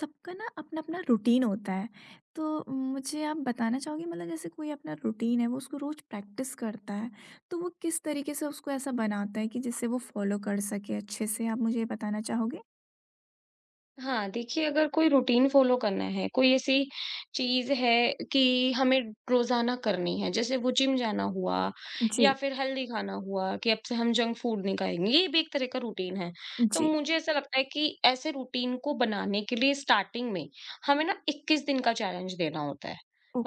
सबका ना अपना-अपना रूटीन होता है। तो मुझे आप बताना चाहोगे मतलब जैसे कोई अपना रूटीन है वो उसको रोज़ प्रैक्टिस करता है, तो वो किस तरीके से उसको ऐसा बनाता है कि जिससे वो फ़ॉलो कर सके अच्छे से? आप मुझे ये बताना चाहोगे? हाँ, देखिए, अगर कोई रूटीन फ़ॉलो करना है, कोई ऐसी चीज़ है कि हमें रोज़ाना करनी है, जैसे वो जिम जाना हुआ या जी। फिर हेल्दी खाना हुआ कि अब से हम जंक फूड नहीं खाएँगे, ये भी एक तरह का रूटीन है। तो जी। मुझे ऐसा लगता है कि ऐसे रूटीन को बनाने के लिए स्टार्टिंग में हमें ना 21 दिन का चैलेंज देना होता है।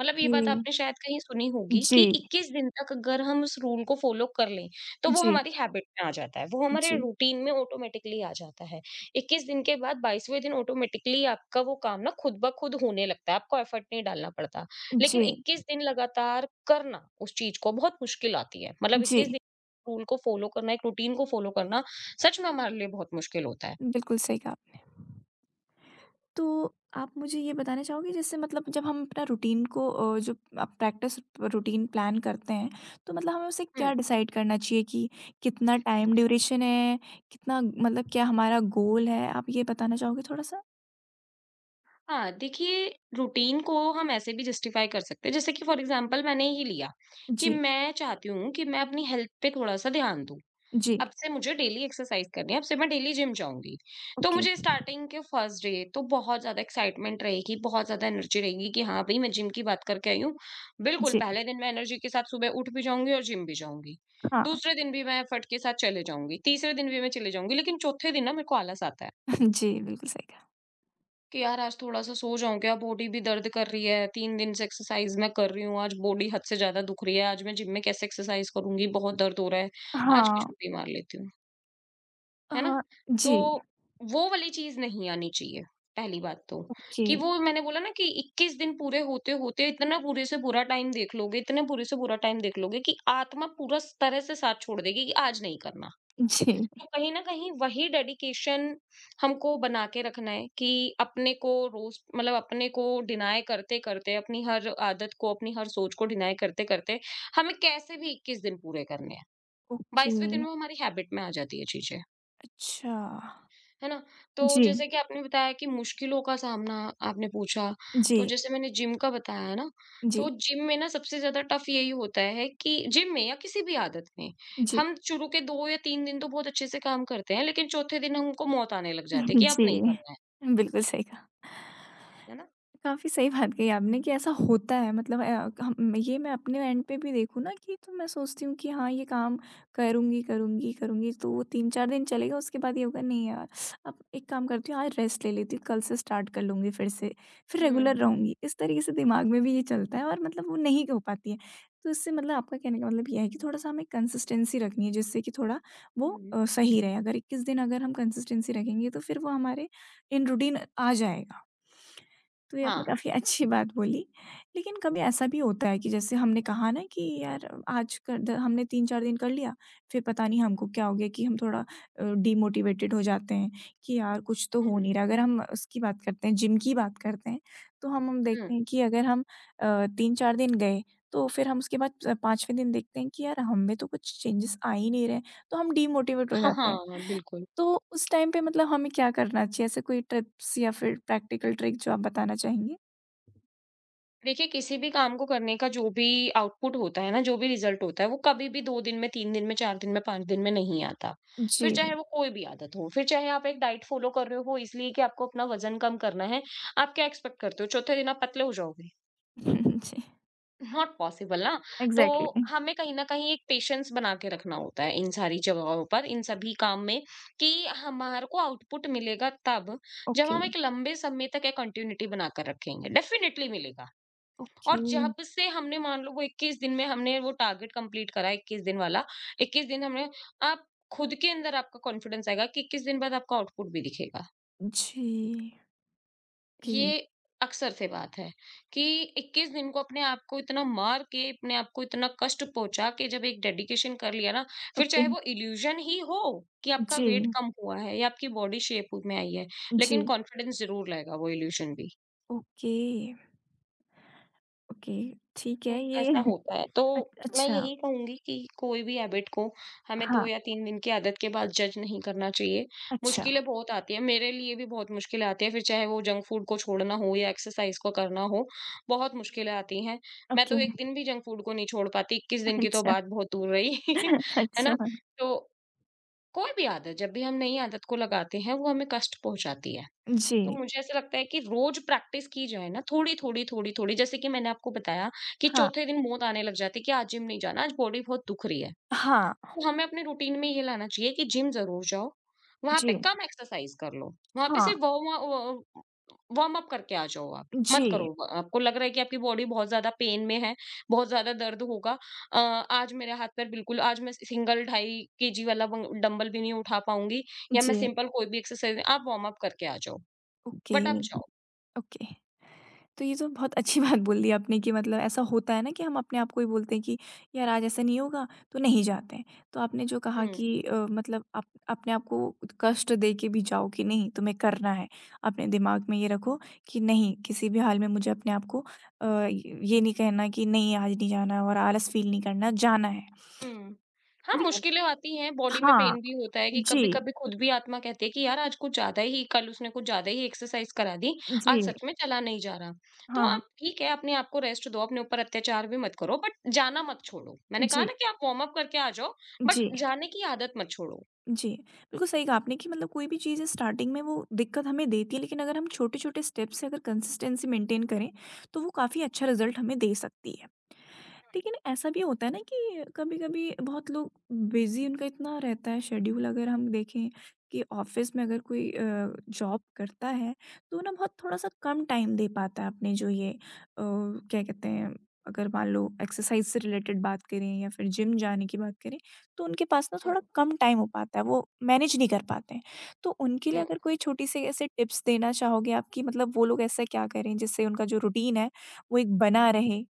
मतलब ये बात आपने शायद कहीं सुनी होगी जी। कि 21 दिन तक अगर हम उस रूल को फ़ॉलो कर लें, तो वो जी। हमारी हैबिट में आ जाता है, वो जी। हमारे जी। रूटीन में ऑटोमैटिकली आ जाता है। 21 दिन के बाद 22वें दिन ऑटोमेटिकली आपका वो काम ना खुद ब खुद होने लगता है, आपको एफर्ट नहीं डालना पड़ता। लेकिन जी। 21 दिन लगातार करना उस चीज़ को बहुत मुश्किल आती है। मतलब 21 जी दिन रूल को फ़ॉलो करना, एक रूटीन को फ़ॉलो करना सच में हमारे लिए बहुत मुश्किल होता है। बिल्कुल सही कहा आपने। तो आप मुझे ये बताना चाहोगे जैसे मतलब जब हम अपना रूटीन को जो आप प्रैक्टिस रूटीन प्लान करते हैं तो मतलब हमें उसे हुँ। क्या डिसाइड करना चाहिए कि कितना टाइम ड्यूरेशन है कितना मतलब क्या हमारा गोल है आप ये बताना चाहोगे थोड़ा सा। हाँ, देखिए, रूटीन को हम ऐसे भी जस्टिफ़ाई कर सकते हैं, जैसे कि फॉर एग्ज़ाम्पल मैंने ही लिया कि जी। मैं चाहती हूँ कि मैं अपनी हेल्थ पे थोड़ा-सा ध्यान दूँ। जी। अब से मुझे डेली एक्सरसाइज करनी है, अब से मैं डेली जिम जाऊँगी। तो ओके। मुझे स्टार्टिंग के फर्स्ट डे तो बहुत ज़्यादा एक्साइटमेंट रहेगी, बहुत ज़्यादा एनर्जी रहेगी कि हाँ भई, मैं जिम की बात करके आई हूँ। बिल्कुल, जी। पहले दिन मैं एनर्जी के साथ सुबह उठ भी जाऊँगी और जिम भी जाऊँगी। हाँ। दूसरे दिन भी मैं एफर्ट के साथ चले जाऊँगी, तीसरे दिन भी मैं चले जाऊँगी, लेकिन चौथे दिन ना मेरे को आलस आता है जी बिल्कुल सही कहा। कि यार आज थोड़ा-सा सो जाऊँ क्या? बॉडी भी दर्द कर रही है, 3 दिन से एक्सरसाइज मैं कर रही हूँ, आज बॉडी हद से ज़्यादा दुख रही है, आज मैं जिम में कैसे एक्सरसाइज करूँगी? बहुत दर्द हो रहा है, आज की हाँ। छुट्टी मार लेती हूँ। है ना? हाँ। तो जी। वो वाली चीज़ नहीं आनी चाहिए, पहली बात तो, ओके। कि वो मैंने बोला ना कि 21 दिन पूरे होते-होते इतना पूरे से पूरा टाइम देख लोगे, इतने पूरे से पूरा टाइम देख लोगे कि आत्मा पूरा स तरह से साथ छोड़ देगी कि आज नहीं करना। जी। तो कहीं न कहीं वही डेडिकेशन हमको बना के रखना है कि अपने को रोज़, मतलब अपने को डिनाय करते-करते, अपनी हर आदत को, अपनी हर सोच को डिनाय करते-करते हमें कैसे भी 21 दिन पूरे करने हैं। ओके। 22वें दिन वो हमारी हैबिट में आ जाती है चीज़ें। अच्छा। है ना? तो जी। जैसे कि आपने बताया कि मुश्किलों का सामना, आपने पूछा, तो जी। जैसे मैंने जिम का बताया है ना, तो जी। जिम में ना सबसे ज़्यादा टफ़ यही होता है कि जिम में या किसी भी आदत में, जी। हम शुरू के 2 या 3 दिन तो बहुत अच्छे से काम करते हैं, लेकिन चौथे दिन हमको मौत आने लग जाती है कि अब जी, नहीं करना बिल्कुल सही कहा। है ना? काफ़ी सही बात कही आपने कि ऐसा होता है मतलब हम ये मैं अपने एंड पे भी देखूँ ना कि तो मैं सोचती हूँ कि हाँ, ये काम करूँगी, करूँगी, करूँगी तो वो 3-4 दिन चलेगा उसके बाद ये होगा नहीं यार, अब एक काम करती हूँ आज रेस्ट ले लेती हूँ, कल से स्टार्ट कर लूँगी फिर से, फिर रेगुलर हुँ, रहूँगी। इस तरीके से दिमाग में भी ये चलता है और मतलब वो नहीं हो पाती है। तो इससे मतलब आपका कहने का मतलब ये है कि थोड़ा-सा हमें कंसिस्टेंसी रखनी है जिससे कि थोड़ा वो हुँ, सही रहे। अगर 21 दिन अगर हम कंसिस्टेंसी रखेंगे तो फिर वो हमारे इन रूटीन आ जाएगा। तो ये आपने हाँ, काफ़ी अच्छी बात बोली। लेकिन कभी ऐसा भी होता है कि जैसे हमने कहा ना कि यार आज कर द हमने 3-4 दिन कर लिया, फिर पता नहीं हमको क्या हो गया कि हम थोड़ा डिमोटिवेटेड हो जाते हैं कि यार कुछ तो हो हुँ, नहीं रहा। अगर हम उसकी बात करते हैं, जिम की बात करते हैं, तो हम हुँ, देखते हैं कि अगर हम 3-4 दिन गए तो फिर हम उसके बाद 5वें दिन देखते हैं कि यार हम में तो कुछ चेंजेस आ ही नहीं रहे, तो हम डिमोटिवेट हो हाँ, जाते हाँ, हैं। हाँ, बिल्कुल। तो उस टाइम पे मतलब हमें क्या करना चाहिए? ऐसे कोई टिप्स या फिर प्रैक्टिकल ट्रिक जो आप बताना चाहेंगे? देखिए, किसी भी काम को करने का जो भी आउटपुट होता है ना, जो भी रिज़ल्ट होता है, वो कभी भी 2 दिन में, 3 दिन में, 4 दिन में, 5 दिन में नहीं आता। फिर जी। चाहे वो कोई भी आदत हो, फिर चाहे आप एक डाइट फ़ॉलो कर रहे हो इसलिए कि आपको अपना वज़न कम करना है, आप क्या एक्सपेक्ट करते हो, चौथे दिन आप पतले हो जाओगे? जी। नॉट पॉसिबल ना। तो एग्ज़ैक्टली। हमें कहीं न कहीं एक पेशेंस बना के रखना होता है इन सारी जगहों पर, इन सभी काम में कि हमारे को आउटपुट मिलेगा तब, जब ओके। हम एक लंबे समय तक एक कंटिन्यूटी बनाकर रखेंगे। डेफ़िनेटली मिलेगा। ओके। और जब से हमने मान लो वो 21 दिन में हमने वो टारगेट कंप्लीट करा, 21 दिन वाला, 21 दिन हमने, आप खुद के अंदर आपका कॉन्फिडेंस आएगा कि 21 दिन बाद आपका आउटपुट भी दिखेगा। जी। ओके। ये अक्सर से बात है कि 21 दिन को अपने आप को इतना मार के, अपने आप को इतना कष्ट पहुंचा के जब एक डेडिकेशन कर लिया ना, फिर ओके। चाहे वो इल्यूजन ही हो कि आपका जी। वेट कम हुआ है या आपकी बॉडी शेप में आई है, लेकिन जी। कॉन्फिडेंस जरूर लाएगा वो इल्यूजन भी। ओके। ओके। ठीक है तो ये। ऐसा होता है। तो मैं अच्छा। यही कहूँगी कि कोई भी हैबिट को हमें 2 हाँ। या 3 दिन की आदत के बाद जज नहीं करना चाहिए। अच्छा। मुश्किलें बहुत आती हैं, मेरे लिए भी बहुत मुश्किलें आती हैं, फिर चाहे वो जंक फूड को छोड़ना हो या एक्सरसाइज को करना हो, बहुत मुश्किलें आती हैं। मैं ओके। तो 1 दिन भी जंक फूड को नहीं छोड़ पाती, 21 दिन की तो अच्छा। बात बहुत दूर रही। है ना? अच्छा। तो कोई भी आदत, जब भी हम नई आदत को लगाते हैं, वो हमें कष्ट पहुँचाती है। जी। तो मुझे ऐसा लगता है कि रोज प्रैक्टिस की जाए ना, थोड़ी थोड़ी थोड़ी थोड़ी, जैसे कि मैंने आपको बताया कि हाँ। चौथे दिन मोद आने लग जाती है कि आज जिम नहीं जाना, आज बॉडी बहुत दुख रही है। हाँ। तो हमें अपने रूटीन में ये लाना चाहिए कि जिम जरूर जाओ, वहां पे जी। कम एक्सरसाइज कर लो, वहां पे हाँ। सिर्फ वार्म वार्म अप करके आ जाओ, आप मत करो। जी। आपको लग रहा है कि आपकी बॉडी बहुत ज्यादा पेन में है, बहुत ज्यादा दर्द होगा, अ, आज मेरे हाथ पैर बिल्कुल, आज मैं सिंगल 2.5 kg वाला डंबल भी नहीं उठा पाऊंगी। या मैं जी। सिंपल कोई भी एक्सरसाइज, आप वार्म अप करके आ जाओ, ओके। बट आप जाओ। ओके। तो ये तो बहुत अच्छी बात बोल दी आपने कि मतलब ऐसा होता है ना कि हम अपने आप को ही बोलते हैं कि यार आज ऐसा नहीं होगा तो नहीं जाते हैं। तो आपने जो कहा हुँ, कि मतलब आप अपने आप को कष्ट दे के भी जाओ कि नहीं तुम्हें करना है अपने दिमाग में ये रखो कि नहीं किसी भी हाल में मुझे अपने आप को ये नहीं कहना कि नहीं आज नहीं जाना और आलस फील नहीं करना जाना है हुँ। हाँ, लेकिन। मुश्किलें आती हैं, बॉडी में हाँ। पेन भी होता है कि जी। कभी-कभी खुद भी आत्मा कहती है कि यार आज कुछ ज़्यादा ही, कल उसने कुछ ज़्यादा ही एक्सरसाइज करा दी, आज जी। सच में चला नहीं जा रहा। तो हाँ। आप ठीक है, अपने आप को रेस्ट दो, अपने ऊपर अत्याचार भी मत करो, बट जाना मत छोड़ो। मैंने कहा जी। ना कि आप वार्म अप करके आ जाओ, बट जी। जाने की आदत मत छोड़ो। जी, बिल्कुल सही कहा आपने कि मतलब कोई भी चीज़ है स्टार्टिंग में वो दिक्कत हमें देती है लेकिन अगर हम छोटे-छोटे स्टेप से अगर कंसिस्टेंसी मेंटेन करें, तो वो काफ़ी अच्छा रिज़ल्ट हमें दे सकती है। लेकिन ऐसा भी होता है ना कि कभी-कभी बहुत लोग बिज़ी उनका इतना रहता है शेड्यूल अगर हम देखें कि ऑफ़िस में अगर कोई जॉब करता है, तो वो ना बहुत थोड़ा-सा कम टाइम दे पाता है अपने जो ये क्या कहते हैं अगर मान लो एक्सरसाइज़ से रिलेटेड बात करें या फिर जिम जाने की बात करें, तो उनके पास ना हुँ, थोड़ा कम टाइम हो पाता है, वो मैनेज नहीं कर पाते हैं। तो उनके लिए हुँ। अगर कोई छोटी-सी ऐसे टिप्स देना चाहोगे आप कि मतलब वो लोग ऐसा क्या करें जिससे उनका जो रूटीन है, वो एक बना रहे?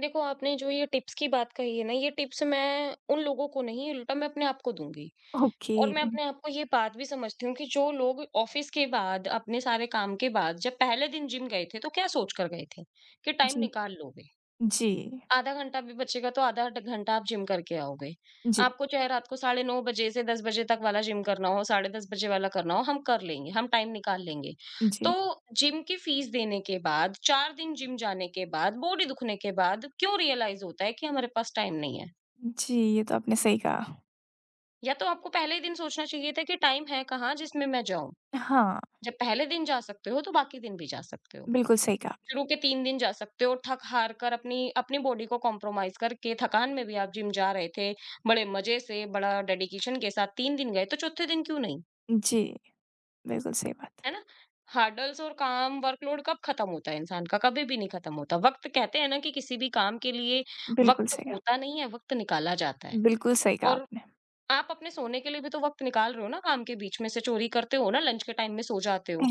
देखो आपने जो ये टिप्स की बात कही है ना, ये टिप्स मैं उन लोगों को नहीं, उल्टा मैं अपने आप को दूँगी। ओके। और मैं अपने आप को ये बात भी समझती हूँ कि जो लोग ऑफिस के बाद, अपने सारे काम के बाद जब पहले दिन जिम गए थे, तो क्या सोच कर गए थे कि टाइम जी। निकाल लोगे। जी। आधा घंटा भी बचेगा तो आधा ड घंटा आप जिम करके आओगे। जी। आपको चाहे रात को साढ़े 9 बजे से 10 बजे तक वाला जिम करना हो, साढ़े 10 बजे वाला करना हो, हम कर लेंगे, हम टाइम निकाल लेंगे। तो जी। जिम की फीस देने के बाद, 4 दिन जिम जाने के बाद, बॉडी दुखने के बाद क्यों रियलाइज़ होता है कि हमारे पास टाइम नहीं है? जी, ये तो आपने सही कहा। या तो आपको पहले ही दिन सोचना चाहिए था कि टाइम है कहाँ जिसमें मैं जाऊँ? हाँ, जब पहले दिन जा सकते हो तो बाकी दिन भी जा सकते हो। बिल्कुल सही कहा। शुरू के 3 दिन जा सकते हो थक हार कर अपनी अपनी बॉडी को कॉम्प्रोमाइज़ करके थकान में भी आप जिम जा रहे थे, बड़े मज़े से, बड़ा डेडिकेशन के साथ 3 दिन गए तो चौथे दिन क्यों नहीं? जी, बिल्कुल सही बात। है ना? हर्डल्स और काम वर्कलोड कब खत्म होता है इंसान का? कभी भी नहीं खत्म होता। वक़्त कहते हैं ना कि किसी भी काम के लिए बिल्कुल वक़्त सही कहा। होता नहीं है, वक़्त निकाला जाता है, बिल्कुल सही कहा और आपने। आप अपने सोने के लिए भी तो वक़्त निकाल रहे हो ना काम के बीच में से, चोरी करते हो ना लंच के टाइम में सो जाते हो।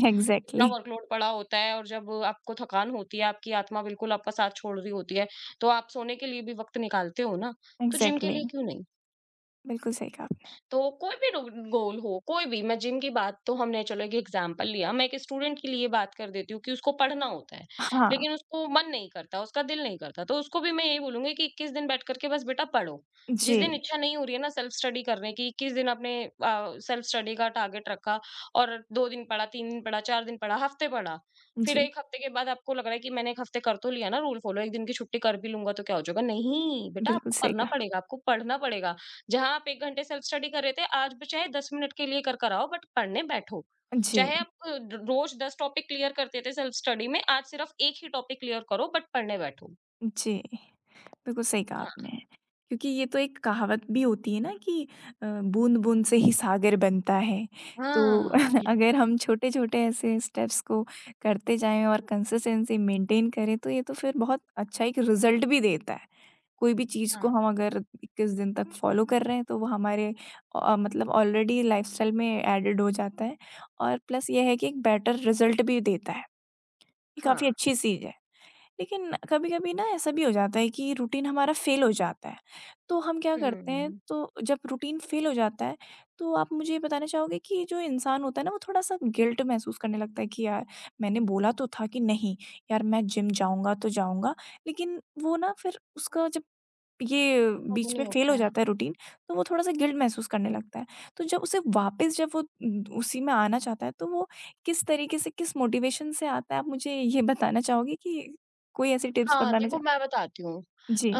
इतना एग्ज़ैक्टली। वर्कलोड पड़ा होता है और जब आपको थकान होती है, आपकी आत्मा बिल्कुल आपका साथ छोड़ रही होती है, तो आप सोने के लिए भी वक़्त निकालते हो ना, तो जिम के एग्ज़ैक्टली, लिए क्यों नहीं? बिल्कुल सही कहा आपने। तो कोई भी रो गोल हो, कोई भी, मैं जिम की बात तो हमने चलो एक एग्ज़ाम्पल लिया, मैं एक स्टूडेंट के लिए बात कर देती हूँ कि उसको पढ़ना होता है, हाँ। लेकिन उसको मन नहीं करता, उसका दिल नहीं करता, तो उसको भी मैं यही बोलूँगी कि 21 दिन बैठ कर के बस बेटा पढ़ो। जिस जी। दिन इच्छा नहीं हो रही है ना सेल्फ स्टडी करने की, 21 दिन आपने सेल्फ स्टडी का टारगेट रखा, और 2 दिन पढ़ा, 3 दिन पढ़ा, 4 दिन पढ़ा, हफ्ते पढ़ा। फिर जी, 1 हफ्ते के बाद आपको लग रहा है कि मैंने 1 हफ्ते कर तो लिया ना रूल फ़ॉलो, 1 दिन की छुट्टी कर भी लूँगा तो क्या हो जाएगा? नहीं, बेटा बिल्कुल आपको सही करना कहा। पड़ेगा, आपको पढ़ना पड़ेगा। जहाँ आप 1 घंटे सेल्फ स्टडी कर रहे थे, आज भी चाहे 10 मिनट के लिए कर कर आओ बट पढ़ने बैठो। जी। चाहे आप अ, ड रोज़ 10 टॉपिक क्लियर करते थे सेल्फ स्टडी में, आज सिर्फ 1 ही टॉपिक क्लियर करो बट पढ़ने बैठो। जी। बिल्कुल सही कहा हाँ। आपने। क्योंकि ये तो एक कहावत भी होती है ना कि बूँद-बूँद से ही सागर बनता है। तो हाँ, बिल्क अगर हम छोटे-छोटे ऐसे स्टेप्स को करते जाएँ और कंसिस्टेंसी मेंटेन करें तो ये तो फिर बहुत अच्छा एक रिज़ल्ट भी देता है। कोई भी चीज़ को हाँ, हम अगर 21 दिन तक फ़ॉलो कर रहे हैं तो वो हमारे मतलब ऑलरेडी लाइफ़स्टाइल में एडेड हो जाता है और प्लस ये है कि एक बेटर रिज़ल्ट भी देता है। ये हाँ। काफ़ी अच्छी चीज़ है। लेकिन कभी-कभी ना ऐसा भी हो जाता है कि रूटीन हमारा फ़ेल हो जाता है, तो हम क्या करते हैं हुँ। तो जब रूटीन फ़ेल हो जाता है, तो आप मुझे ये बताना चाहोगे कि जो इंसान होता है ना वो थोड़ा-सा गिल्ट महसूस करने लगता है कि यार मैंने बोला तो था कि नहीं, यार मैं जिम जाऊँगा तो जाऊँगा, लेकिन वो ना फिर उसका जब ये फॉलो बीच नहीं में हो फेल हो पाया। जाता है रूटीन, तो वो थोड़ा-सा गिल्ट महसूस करने लगता है। तो जब उसे वापस जब वो उसी में आना चाहता है, तो वो किस तरीके से, किस मोटिवेशन से आता है, आप मुझे ये बताना चाहोगे कि कोई ऐसी टिप्स हाँ, बताना देखो चाह। मैं बताती हूँ। अ, जी।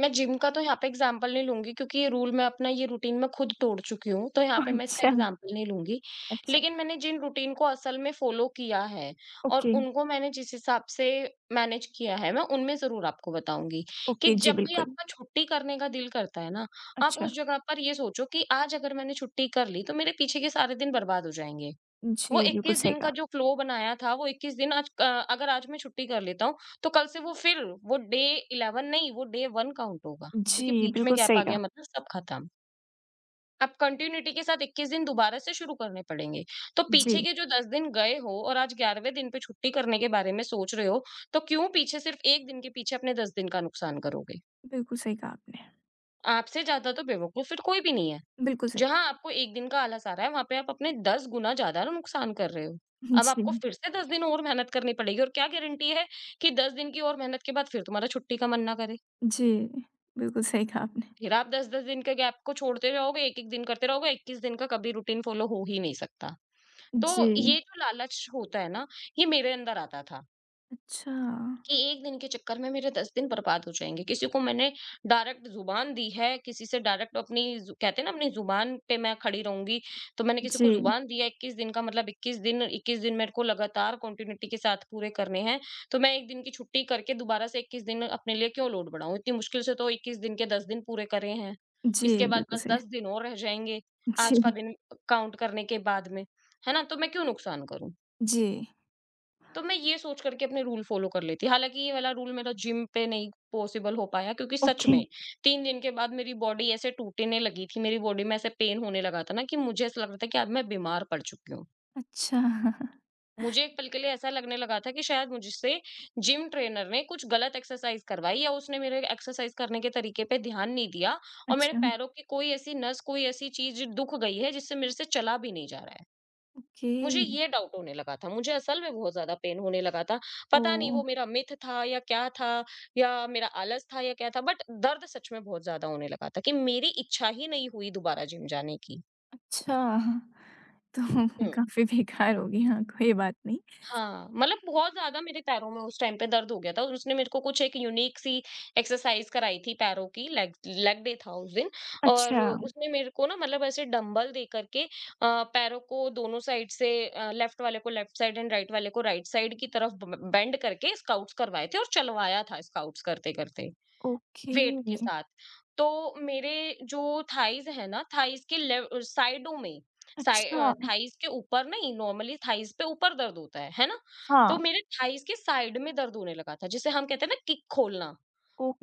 मैं जिम का तो यहाँ पे एग्ज़ाम्पल नहीं लूँगी क्योंकि ये रूटीन मैं खुद तोड़ चुकी हूँ, तो यहाँ पे मैं इसका अच्छा। एग्ज़ाम्पल नहीं लूँगी। लेकिन अच्छा। मैंने जिन रूटीन को असल में फ़ॉलो किया है और ओके। उनको मैंने जिस हिसाब से मैनेज किया है, मैं उनमें ज़रूर आपको बताऊँगी कि ओके। जी, जब भी बिल्कुल। आपका छुट्टी करने का दिल करता है ना, आप अच्छा। उस जगह पर ये सोचो कि आज अगर मैंने छुट्टी कर ली, तो मेरे पीछे के सारे दिन बर्बाद हो जाएँगे। वो जी, बिल्कुल 21 सही दिन का कहा। जो फ़्लो बनाया था, वो 21 दिन आज अगर आज मैं छुट्टी कर लेता हूँ, तो कल से वो फिर वो डे 11 नहीं, वो डे 1 काउंट होगा, क्योंकि जी, बीच में बिल्कुल गैप आ सही गया कहा। मतलब सब खत्म। अब कंटिन्यूटी के साथ 21 दिन दोबारा से शुरू करने पड़ेंगे। तो पीछे जी, के जो 10 दिन गए हो और आज 11वें दिन पे छुट्टी करने के बारे में सोच रहे हो, तो क्यों पीछे सिर्फ़ 1 दिन के पीछे अपने 10 दिन का नुकसान करोगे? बिल्कुल सही कहा आपने। आपसे ज़्यादा तो बेवकूफ़ फिर कोई भी नहीं है। बिल्कुल सही। जहाँ आपको 1 दिन का आलस आ रहा है, वहाँ पे आप अपने 10 गुना ज़्यादा नुकसान कर रहे हो। अब आपको जी। फिर से 10 दिन और मेहनत करनी पड़ेगी और क्या गारंटी है कि 10 दिन की और मेहनत के बाद फिर तुम्हारा छुट्टी का मन ना करे। जी, बिल्कुल सही कहा आपने। फिर आप 10-10 दिन के गैप को छोड़ते रहोगे, 1-1 दिन करते रहोगे, 21 दिन का कभी रूटीन फ़ॉलो हो ही नहीं सकता। तो ये जी, जो लालच होता है ना, ये मेरे अंदर आता था। अच्छा। कि एक दिन के चक्कर में मेरे 10 दिन बर्बाद हो जाएँगे। किसी को मैंने डायरेक्ट ज़ुबान दी है, किसी से डायरेक्ट अपनी ज़ु कहते हैं ना अपनी ज़ुबान पे मैं खड़ी रहूँगी, तो मैंने किसी को जी। ज़ुबान दिया 21 दिन का मतलब 21 दिन 21 दिन मेरे को लगातार कंटिन्यूटी के साथ पूरे करने हैं। तो मैं 1 दिन की छुट्टी करके दोबारा से 21 दिन अपने लिए क्यों लोड बढ़ाऊँ? इतनी मुश्किल से तो 21 दिन के 10 दिन पूरे करे हैं। जी, इसके बाद बिल्कुल बस सही। 10 दिन और रह जाएँगे, जी। आज का दिन काउंट करने के बाद में। है ना? तो मैं क्यों नुकसान करूँ? जी। तो मैं ये सोच करके अपने रूल फ़ॉलो कर लेती। हालाँकि ये वाला रूल मेरा जिम पे नहीं पॉसिबल हो पाया क्योंकि सच ओके। में 3 दिन के बाद मेरी बॉडी ऐसे टूटने लगी थी, मेरी बॉडी में ऐसे पेन होने लगा था ना कि मुझे ऐसा लग रहा था कि अब मैं बीमार पड़ चुकी हूँ। अच्छा। मुझे एक पल के लिए ऐसा लगने लगा था कि शायद मुझसे जिम ट्रेनर ने कुछ गलत एक्सरसाइज़ करवाई या उसने मेरे एक्सरसाइज़ करने के तरीके पे ध्यान नहीं दिया और मेरे अच्छा। पैरों की कोई ऐसी नस, कोई ऐसी चीज़ दुख गई है जिससे मेरे से चला भी नहीं जा रहा है। ओके। मुझे ये डाउट होने लगा था। मुझे असल में बहुत ज़्यादा पेन होने लगा था। पता नहीं ओह! वो मेरा मिथ था या क्या था या मेरा आलस था या क्या था बट दर्द सच में बहुत ज़्यादा होने लगा था कि मेरी इच्छा ही नहीं हुई दोबारा जिम जाने की। अच्छा, तो हुँ। काफ़ी बेकार हो गई, हाँ, कोई बात नहीं। हाँ, मतलब बहुत ज़्यादा मेरे पैरों में उस टाइम पे दर्द हो गया था और उसने मेरे को कुछ एक यूनिक सी एक्सरसाइज कराई थी पैरों की, लेग लेग डे था उस दिन। और अच्छा। उसने मेरे को ना मतलब ऐसे डंबल दे करके पैरों को दोनों साइड से, लेफ्ट वाले को लेफ्ट साइड एंड राइट वाले को राइट साइड की तरफ बेंड करके स्काउट्स करवाए थे और चलवाया था स्काउट्स करते करते ओके। वेट के साथ। तो मेरे जो थाइज़ है ना, थाइज़ के साइडों में, अच्छा। थाइज़ के ऊपर नहीं, नॉर्मली थाइज़ पे ऊपर दर्द होता है ना? हाँ। तो मेरे थाइज़ के साइड में दर्द होने लगा था, जिसे हम कहते हैं ना किक खोलना।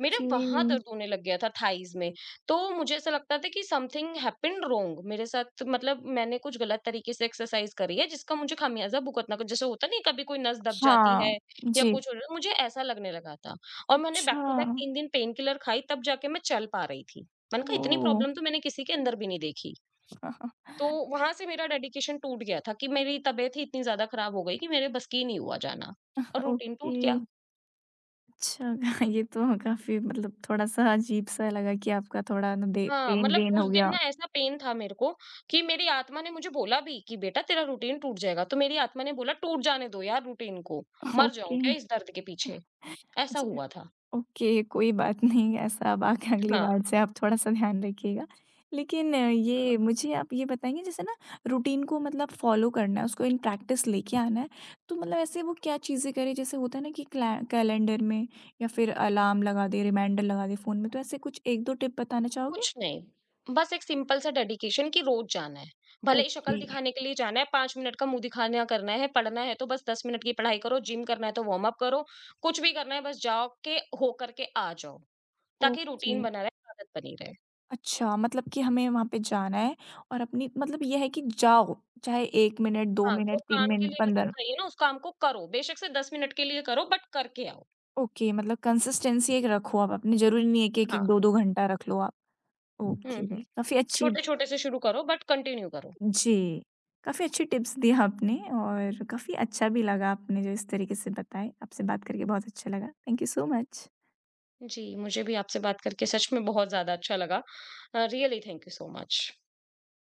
मेरे वहाँ दर्द होने लग गया था थाइज़ में। तो मुझे ऐसा लगता था कि समथिंग हैपेंड रॉन्ग मेरे साथ मतलब मैंने कुछ गलत तरीके से एक्सरसाइज करी है जिसका मुझे खामियाज़ा भुगतना, जैसे होता नहीं है कभी कोई नस दब जाती हाँ। है या जी। कुछ हो रहा है, मुझे ऐसा लगने लगा था। और मैंने बैक अच्छा। टू बैक 3 दिन पेन किलर खाई तब जाके मैं चल पा रही थी। मैंने कहा इतनी ओह! प्रॉब्लम तो मैंने किसी के अंदर भी नहीं देखी। तो वहाँ से मेरा डेडिकेशन टूट गया था कि मेरी तबीयत ही इतनी ज़्यादा खराब हो गई कि मेरे बस की नहीं हुआ जाना और रूटीन टूट गया। ओके। अच्छा। ये तो काफ़ी मतलब थोड़ा-सा अजीब-सा लगा कि आपका थोड़ा ना दे हाँ, मतलब पेन-वेन उस हो दिन गया। ना ऐसा पेन था मेरे को कि मेरी आत्मा ने मुझे बोला भी कि बेटा तेरा रूटीन टूट जाएगा, तो मेरी आत्मा ने बोला टूट जाने दो यार रूटीन को, मर जाऊँ ओके, क्या इस दर्द के पीछे? ऐसा अच्छा। हुआ था। ओके, कोई बात नहीं ऐसा अब आगे अगली हाँ, बार से आप थोड़ा-सा ध्यान रखिएगा। लेकिन ये हाँ। मुझे आप ये बताएँगे जैसे ना रूटीन को मतलब फ़ॉलो करना है, उसको इन प्रैक्टिस लेके आना है, तो मतलब ऐसे वो क्या चीज़ें करें? जैसे होता है ना कि क्लै कैलेंडर में या फिर अलार्म लगा दें, रिमाइंडर लगा दें फ़ोन में, तो ऐसे कुछ 1-2 टिप बताना चाहोगे? कुछ नहीं, बस एक सिंपल सा डेडिकेशन कि रोज़ जाना है, भले ही शक्ल ओके। दिखाने के लिए जाना है, 5 मिनट का मुँह दिखाना करना है, पढ़ना है तो बस 10 मिनट की पढ़ाई करो, जिम करना है तो वार्म अप करो, कुछ भी करना है बस जाओ के हो करके आ जाओ, ताकि ओके। रूटीन बना रहे, आदत बनी रहे। अच्छा, मतलब कि हमें वहाँ पे जाना है और अपनी मतलब ये है कि जाओ, चाहे 1 मिनट, 2 हाँ, जो मिनट, 3 काम के मिनट, लिए कसम 15। खाई है ना, उस काम को करो। बेशक से 10 मिनट के लिए करो बट करके आओ। ओके मतलब कंसिस्टेंसी एक रखो आप अपने, ज़रूरी नहीं है कि 1-1 हाँ। 2-2 घंटा रख लो आप। हुँ, ओके, हुँ। काफ़ी अच्छी। छोटे-छोटे से शुरू करो बट कंटिन्यू करो। जी, काफ़ी अच्छी टिप्स दी आपने और काफ़ी अच्छा भी लगा आपने जो इस तरीके से बताए। आपसे बात करके बहुत अच्छा लगा। Thank you so much. जी, मुझे भी आपसे बात करके सच में बहुत ज़्यादा अच्छा लगा। Really thank you so much.